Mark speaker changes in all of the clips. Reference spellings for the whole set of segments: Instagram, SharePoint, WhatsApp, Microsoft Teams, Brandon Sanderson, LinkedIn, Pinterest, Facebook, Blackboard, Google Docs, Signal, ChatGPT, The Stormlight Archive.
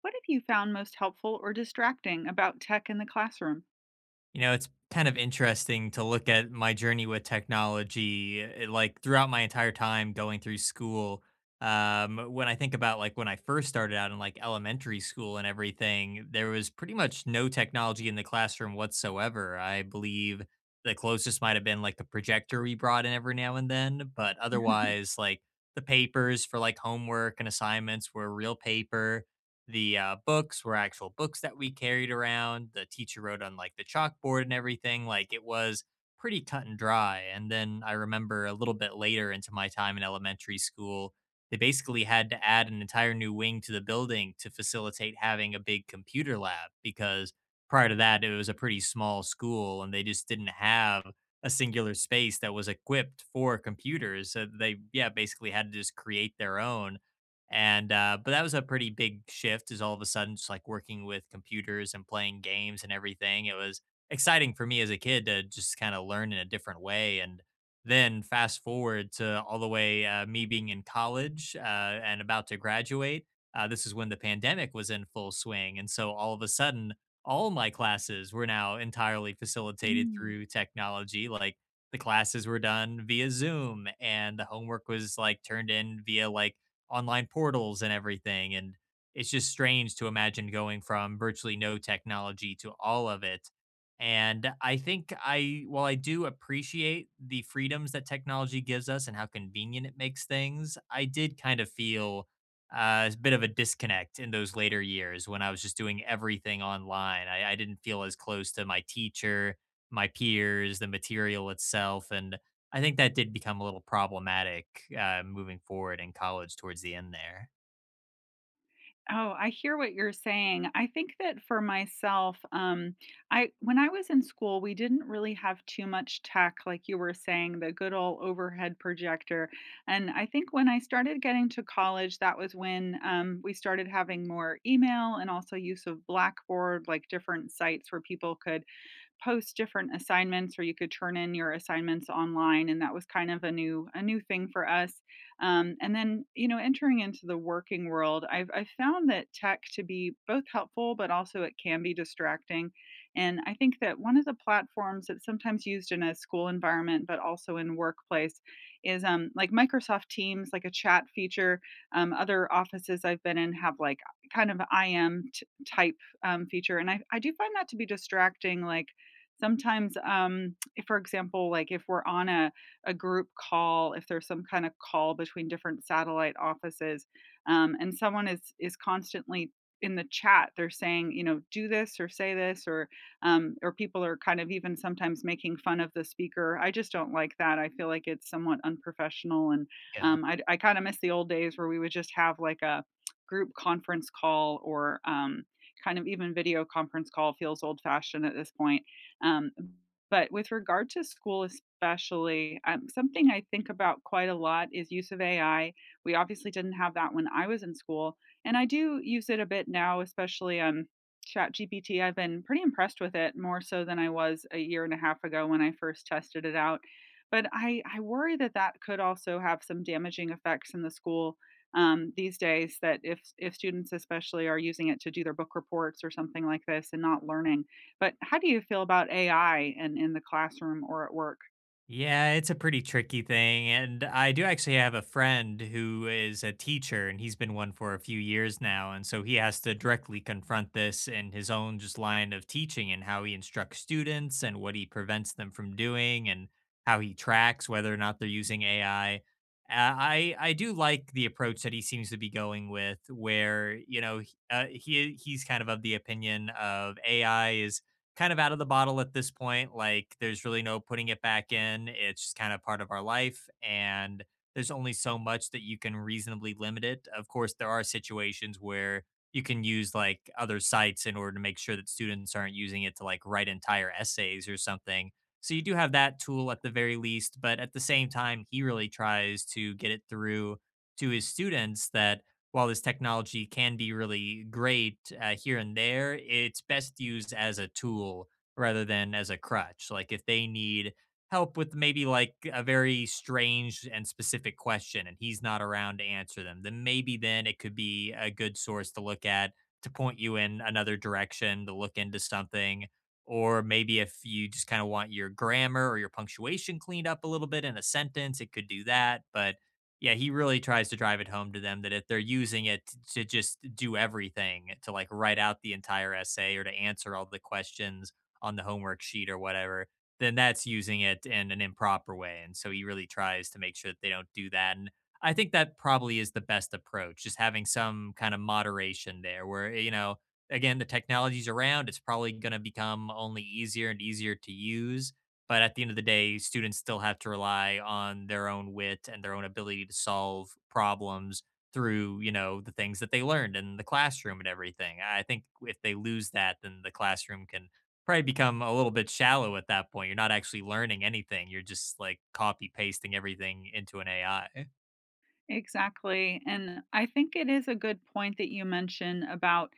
Speaker 1: What have you found most helpful or distracting about tech in the classroom?
Speaker 2: It's kind of interesting to look at my journey with technology, like throughout my entire time going through school. When I think about like when I first started out in like elementary school and everything, there was pretty much no technology in the classroom whatsoever. I believe the closest might have been like the projector we brought in every now and then, but otherwise, like the papers for like homework and assignments were real paper. The books were actual books that we carried around. The teacher wrote on like the chalkboard and everything. Like it was pretty cut and dry. And then I remember a little bit later into my time in elementary school, they basically had to add an entire new wing to the building to facilitate having a big computer lab because prior to that, it was a pretty small school and they just didn't have a singular space that was equipped for computers. So they, yeah, basically had to just create their own and but that was a pretty big shift. Is all of a sudden just like working with computers and playing games and everything. It was exciting for me as a kid to just kind of learn in a different way. And then fast forward to all the way me being in college and about to graduate. This is when the pandemic was in full swing, and so all of a sudden, all my classes were now entirely facilitated
Speaker 1: Mm.
Speaker 2: through technology. Like the classes were done via Zoom, and the homework was like turned in via like online portals and everything. And it's just strange to imagine going from virtually no technology to all of it. And I think I, while I do appreciate the freedoms that technology gives us and how convenient it makes things, I did kind of feel a bit of a disconnect in those later years when I was just doing everything online. I didn't feel as close to my teacher, my peers, the material itself. And I think that did become a little problematic, moving forward in college towards the end there.
Speaker 1: Oh, I hear what you're saying. I think that for myself, I when I was in school, we didn't really have too much tech, like you were saying, the good old overhead projector. And I think when I started getting to college, that was when we started having more email and also use of Blackboard, like different sites where people could post different assignments or you could turn in your assignments online, and that was kind of a new thing for us. And then entering into the working world, I've found that tech to be both helpful, but also it can be distracting. And I think that one of the platforms that's sometimes used in a school environment but also in workplace is like Microsoft Teams, like a chat feature. Other offices I've been in have like kind of type feature, and I do find that to be distracting. Like sometimes, if for example like if we're on a group call, if there's some kind of call between different satellite offices, and someone is constantly in the chat, they're saying, you know, do this or say this, or people are kind of even sometimes making fun of the speaker. I just don't like that. I feel like it's somewhat unprofessional. And
Speaker 2: Yeah.
Speaker 1: I kind of miss the old days where we would just have like a group conference call, or kind of even video conference call feels old fashioned at this point. um, but with regard to school especially, something I think about quite a lot is use of AI. We obviously didn't have that when I was in school, and I do use it a bit now, especially ChatGPT. I've been pretty impressed with it, more so than I was a year and a half ago when I first tested it out. But I worry that that could also have some damaging effects in the school these days. That if students especially are using it to do their book reports or something like this and not learning. But how do you feel about AI and in the classroom or at work?
Speaker 2: Yeah, it's a pretty tricky thing. And I do actually have a friend who is a teacher and he's been one for a few years now. And so he has to directly confront this in his own just line of teaching and how he instructs students and what he prevents them from doing and how he tracks whether or not they're using AI. I do like the approach that he seems to be going with, where you know he's kind of the opinion of AI is kind of out of the bottle at this point. Like there's really no putting it back in. It's just kind of part of our life. And there's only so much that you can reasonably limit it. Of course, there are situations where you can use like other sites in order to make sure that students aren't using it to like write entire essays or something. So you do have that tool at the very least. But at the same time, he really tries to get it through to his students that while this technology can be really great here and there, it's best used as a tool rather than as a crutch. Like if they need help with maybe like a very strange and specific question and he's not around to answer them, then maybe then it could be a good source to look at to point you in another direction, to look into something. Or maybe if you just kind of want your grammar or your punctuation cleaned up a little bit in a sentence, it could do that. But yeah, he really tries to drive it home to them that if they're using it to just do everything, to like write out the entire essay or to answer all the questions on the homework sheet or whatever, then that's using it in an improper way. And so he really tries to make sure that they don't do that. And I think that probably is the best approach, just having some kind of moderation there where, you know, again, the technology's around, it's probably going to become only easier and easier to use but at the end of the day, students still have to rely on their own wit and their own ability to solve problems through, you know, the things that they learned in the classroom and everything. I think if they lose that, then the classroom can probably become a little bit shallow at that point. You're not actually learning anything. You're just like copy pasting everything into an AI.
Speaker 1: Exactly. And I think it is a good point that you mention about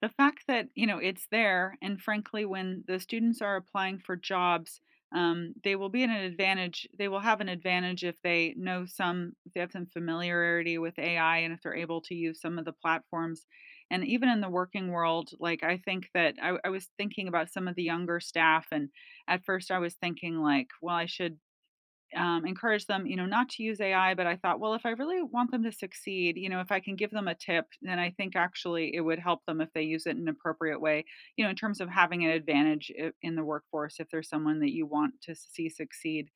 Speaker 1: the fact that, you know, it's there. And frankly, when the students are applying for jobs, they will be in an advantage. They will have an advantage if they know some, if they have some familiarity with AI and if they're able to use some of the platforms. And even in the working world, like I think that I was thinking about some of the younger staff. And at first I was thinking, like, well, I should encourage them, you know, not to use AI, but I thought, well, if I really want them to succeed, you know, if I can give them a tip, then I think actually it would help them if they use it in an appropriate way, you know, in terms of having an advantage in the workforce if there's someone that you want to see succeed.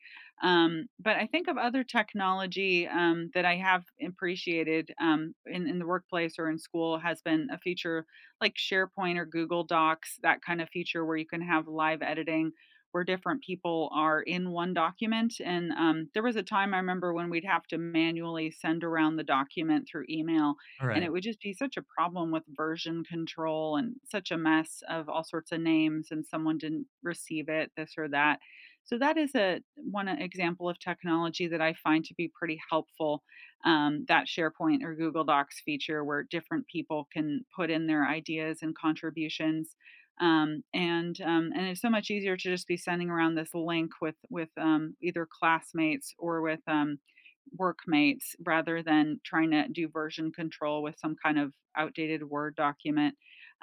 Speaker 1: But I think of other technology that I have appreciated in the workplace or in school has been a feature like SharePoint or Google Docs, that kind of feature where you can have live editing, where different people are in one document. And there was a time I remember when we'd have to manually send around the document through email,
Speaker 2: All
Speaker 1: and
Speaker 2: right.
Speaker 1: it would just be such a problem with version control and such a mess of all sorts of names, and someone didn't receive it, this or that. So that is a one example of technology that I find to be pretty helpful. That SharePoint or Google Docs feature, where different people can put in their ideas and contributions, and it's so much easier to just be sending around this link with either classmates or with workmates rather than trying to do version control with some kind of outdated Word document.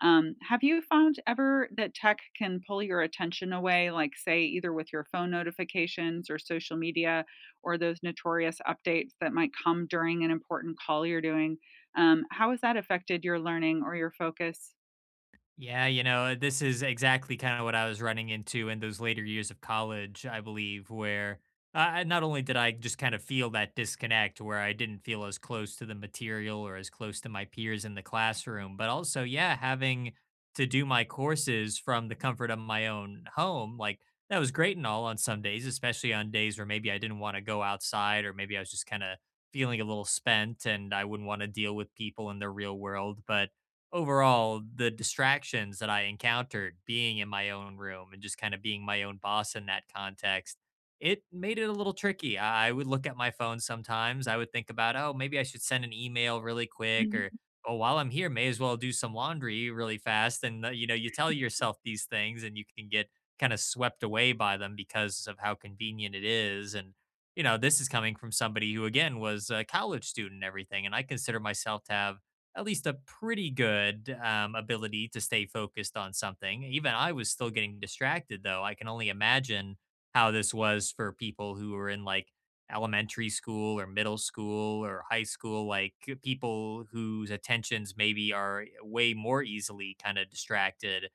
Speaker 1: Have you found ever that tech can pull your attention away, like, say, either with your phone notifications or social media or those notorious updates that might come during an important call you're doing? How has that affected your learning or your focus?
Speaker 2: Yeah, you know, this is exactly kind of what I was running into in those later years of college, I believe, where not only did I just kind of feel that disconnect where I didn't feel as close to the material or as close to my peers in the classroom, but also, yeah, having to do my courses from the comfort of my own home, like that was great and all on some days, especially on days where maybe I didn't want to go outside or maybe I was just kind of feeling a little spent and I wouldn't want to deal with people in the real world. But overall, the distractions that I encountered being in my own room and just kind of being my own boss in that context, it made it a little tricky. I would look at my phone sometimes. I would think about, oh, maybe I should send an email really quick or, oh, while I'm here, may as well do some laundry really fast. And, you know, you tell yourself these things and you can get kind of swept away by them because of how convenient it is. And, you know, this is coming from somebody who, again, was a college student and everything. And I consider myself to have at least a pretty good ability to stay focused on something. Even I was still getting distracted, though. I can only imagine how this was for people who were in like elementary school or middle school or high school, like people whose attentions maybe are way more easily kind of distracted.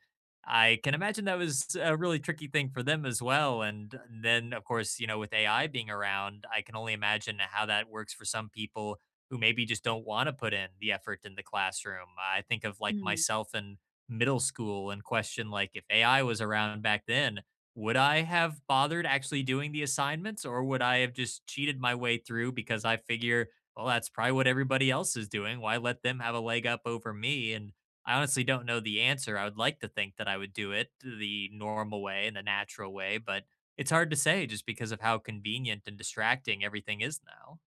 Speaker 2: I can imagine that was a really tricky thing for them as well. And then, of course, you know, with AI being around, I can only imagine how that works for some people who maybe just don't want to put in the effort in the classroom. I think of like
Speaker 1: Mhm.
Speaker 2: myself in middle school and question like if AI was around back then, would I have bothered actually doing the assignments or would I have just cheated my way through because I figure, well, that's probably what everybody else is doing. Why let them have a leg up over me? And I honestly don't know the answer. I would like to think that I would do it the normal way and the natural way, but it's hard to say just because of how convenient and distracting everything is now.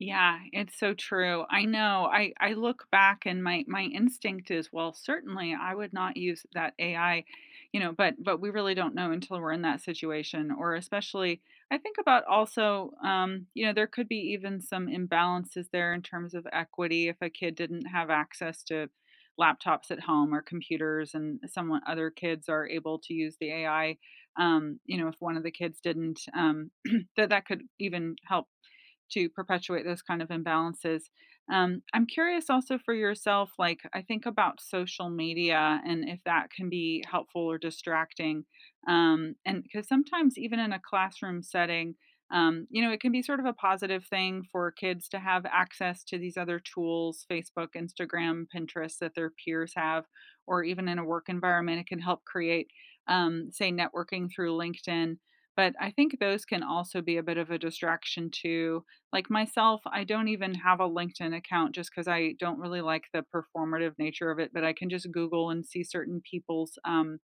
Speaker 1: Yeah, it's so true. I know. I look back and my instinct is, well, certainly I would not use that AI, you know, but we really don't know until we're in that situation. Or especially I think about also, you know, there could be even some imbalances there in terms of equity if a kid didn't have access to laptops at home or computers and someone other kids are able to use the AI. You know, if one of the kids didn't that that could even help to perpetuate those kind of imbalances. I'm curious also for yourself, like I think about social media and if that can be helpful or distracting. And because sometimes even in a classroom setting, you know, it can be sort of a positive thing for kids to have access to these other tools, Facebook, Instagram, Pinterest, that their peers have, or even in a work environment, it can help create, say, networking through LinkedIn. But I think those can also be a bit of a distraction too. Like myself, I don't even have a LinkedIn account just because I don't really like the performative nature of it, but I can just Google and see certain people's,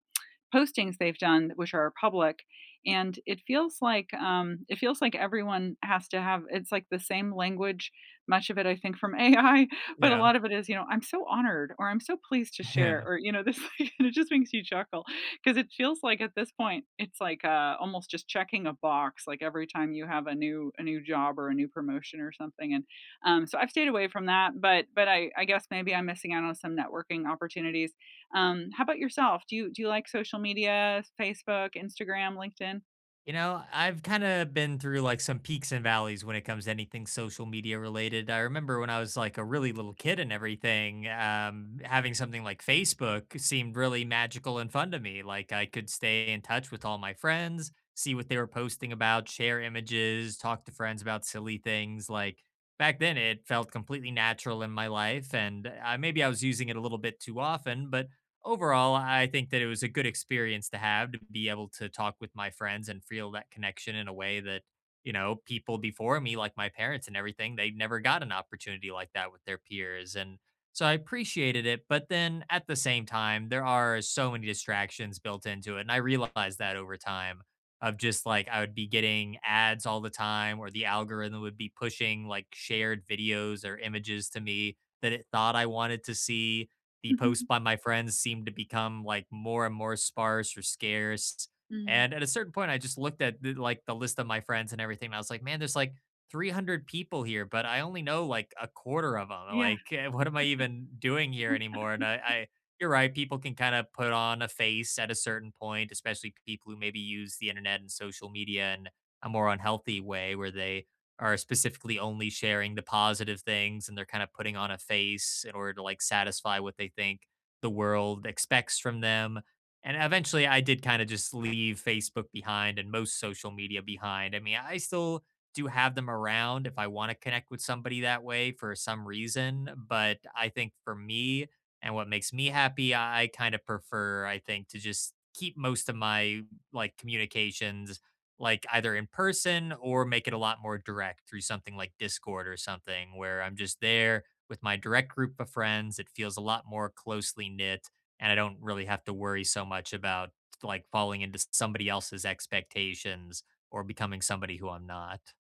Speaker 1: postings they've done which are public. And it feels like everyone has to have, it's like the same language, much of it I think, from AI. But a
Speaker 2: Yeah.
Speaker 1: lot of it is, you know, I'm so honored, or I'm so pleased to share,
Speaker 2: Yeah.
Speaker 1: or you know this. And it just makes you chuckle because it feels like at this point it's like almost just checking a box, like every time you have a new job or a new promotion or something. And so I've stayed away from that. But I guess maybe I'm missing out on some networking opportunities. How about yourself? Do you like social media, Facebook, Instagram, LinkedIn?
Speaker 2: You know, I've kind of been through like some peaks and valleys when it comes to anything social media related. I remember when I was like a really little kid and everything, having something like Facebook seemed really magical and fun to me. Like I could stay in touch with all my friends, see what they were posting about, share images, talk to friends about silly things. Like back then, it felt completely natural in my life. And maybe I was using it a little bit too often, but overall, I think that it was a good experience to have to be able to talk with my friends and feel that connection in a way that, you know, people before me, like my parents and everything, they never got an opportunity like that with their peers. And so I appreciated it. But then at the same time, there are so many distractions built into it. And I realized that over time of just like I would be getting ads all the time, or the algorithm would be pushing like shared videos or images to me that it thought I wanted to see the posts
Speaker 1: Mhm.
Speaker 2: by my friends seemed to become like more and more sparse or scarce.
Speaker 1: Mm.
Speaker 2: And at a certain point, I just looked at the, like the list of my friends and everything. And I was like, man, there's like 300 people here, but I only know like a quarter of them.
Speaker 1: Yeah.
Speaker 2: Like, what am I even doing here anymore? And I you're right. People can kind of put on a face at a certain point, especially people who maybe use the internet and social media in a more unhealthy way where they are specifically only sharing the positive things and they're kind of putting on a face in order to like satisfy what they think the world expects from them. And eventually I did kind of just leave Facebook behind and most social media behind. I mean, I still do have them around if I want to connect with somebody that way for some reason, but I think for me and what makes me happy, I kind of prefer I think to just keep most of my like communications like either in person or make it a lot more direct through something like Discord or something where I'm just there with my direct group of friends. It feels a lot more closely knit and I don't really have to worry so much about like falling into somebody else's expectations or becoming somebody who I'm not.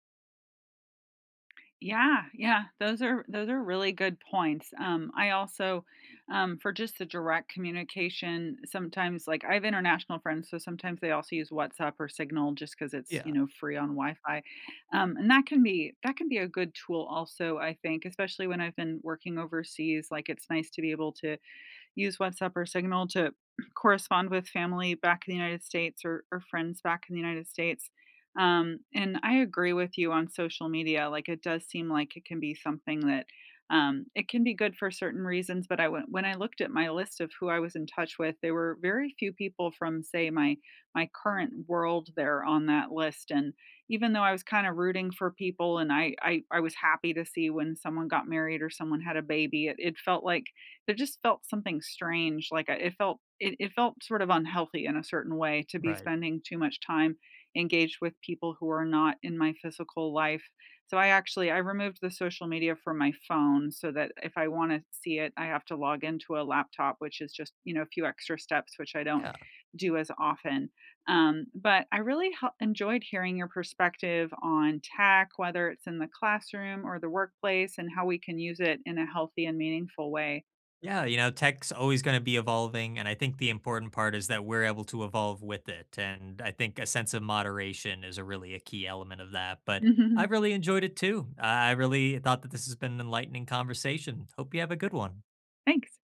Speaker 1: Yeah, yeah, those are really good points. I also, for just the direct communication, sometimes like I have international friends, so sometimes they also use WhatsApp or Signal just because it's, you
Speaker 2: Yeah.
Speaker 1: know, free on Wi-Fi. And that can be a good tool also, I think, especially when I've been working overseas, like it's nice to be able to use WhatsApp or Signal to correspond with family back in the United States, or friends back in the United States. And I agree with you on social media. Like it does seem like it can be something that it can be good for certain reasons. But when I looked at my list of who I was in touch with, there were very few people from, say, my current world there on that list. And even though I was kind of rooting for people, and I was happy to see when someone got married or someone had a baby, it felt like there just felt something strange. Like I, it felt it felt sort of unhealthy in a certain way to be
Speaker 2: Right.
Speaker 1: spending too much time engaged with people who are not in my physical life. So I actually I removed the social media from my phone so that if I want to see it, I have to log into a laptop, which is just, you know, a few extra steps, which I don't
Speaker 2: Yeah.
Speaker 1: do as often. But I really enjoyed hearing your perspective on tech, whether it's in the classroom or the workplace, and how we can use it in a healthy and meaningful way.
Speaker 2: Yeah, you know, tech's always going to be evolving. And I think the important part is that we're able to evolve with it. And I think a sense of moderation is a really a key element of that. But I have really enjoyed it too. I really thought that this has been an enlightening conversation. Hope you have a good one.
Speaker 1: Thanks.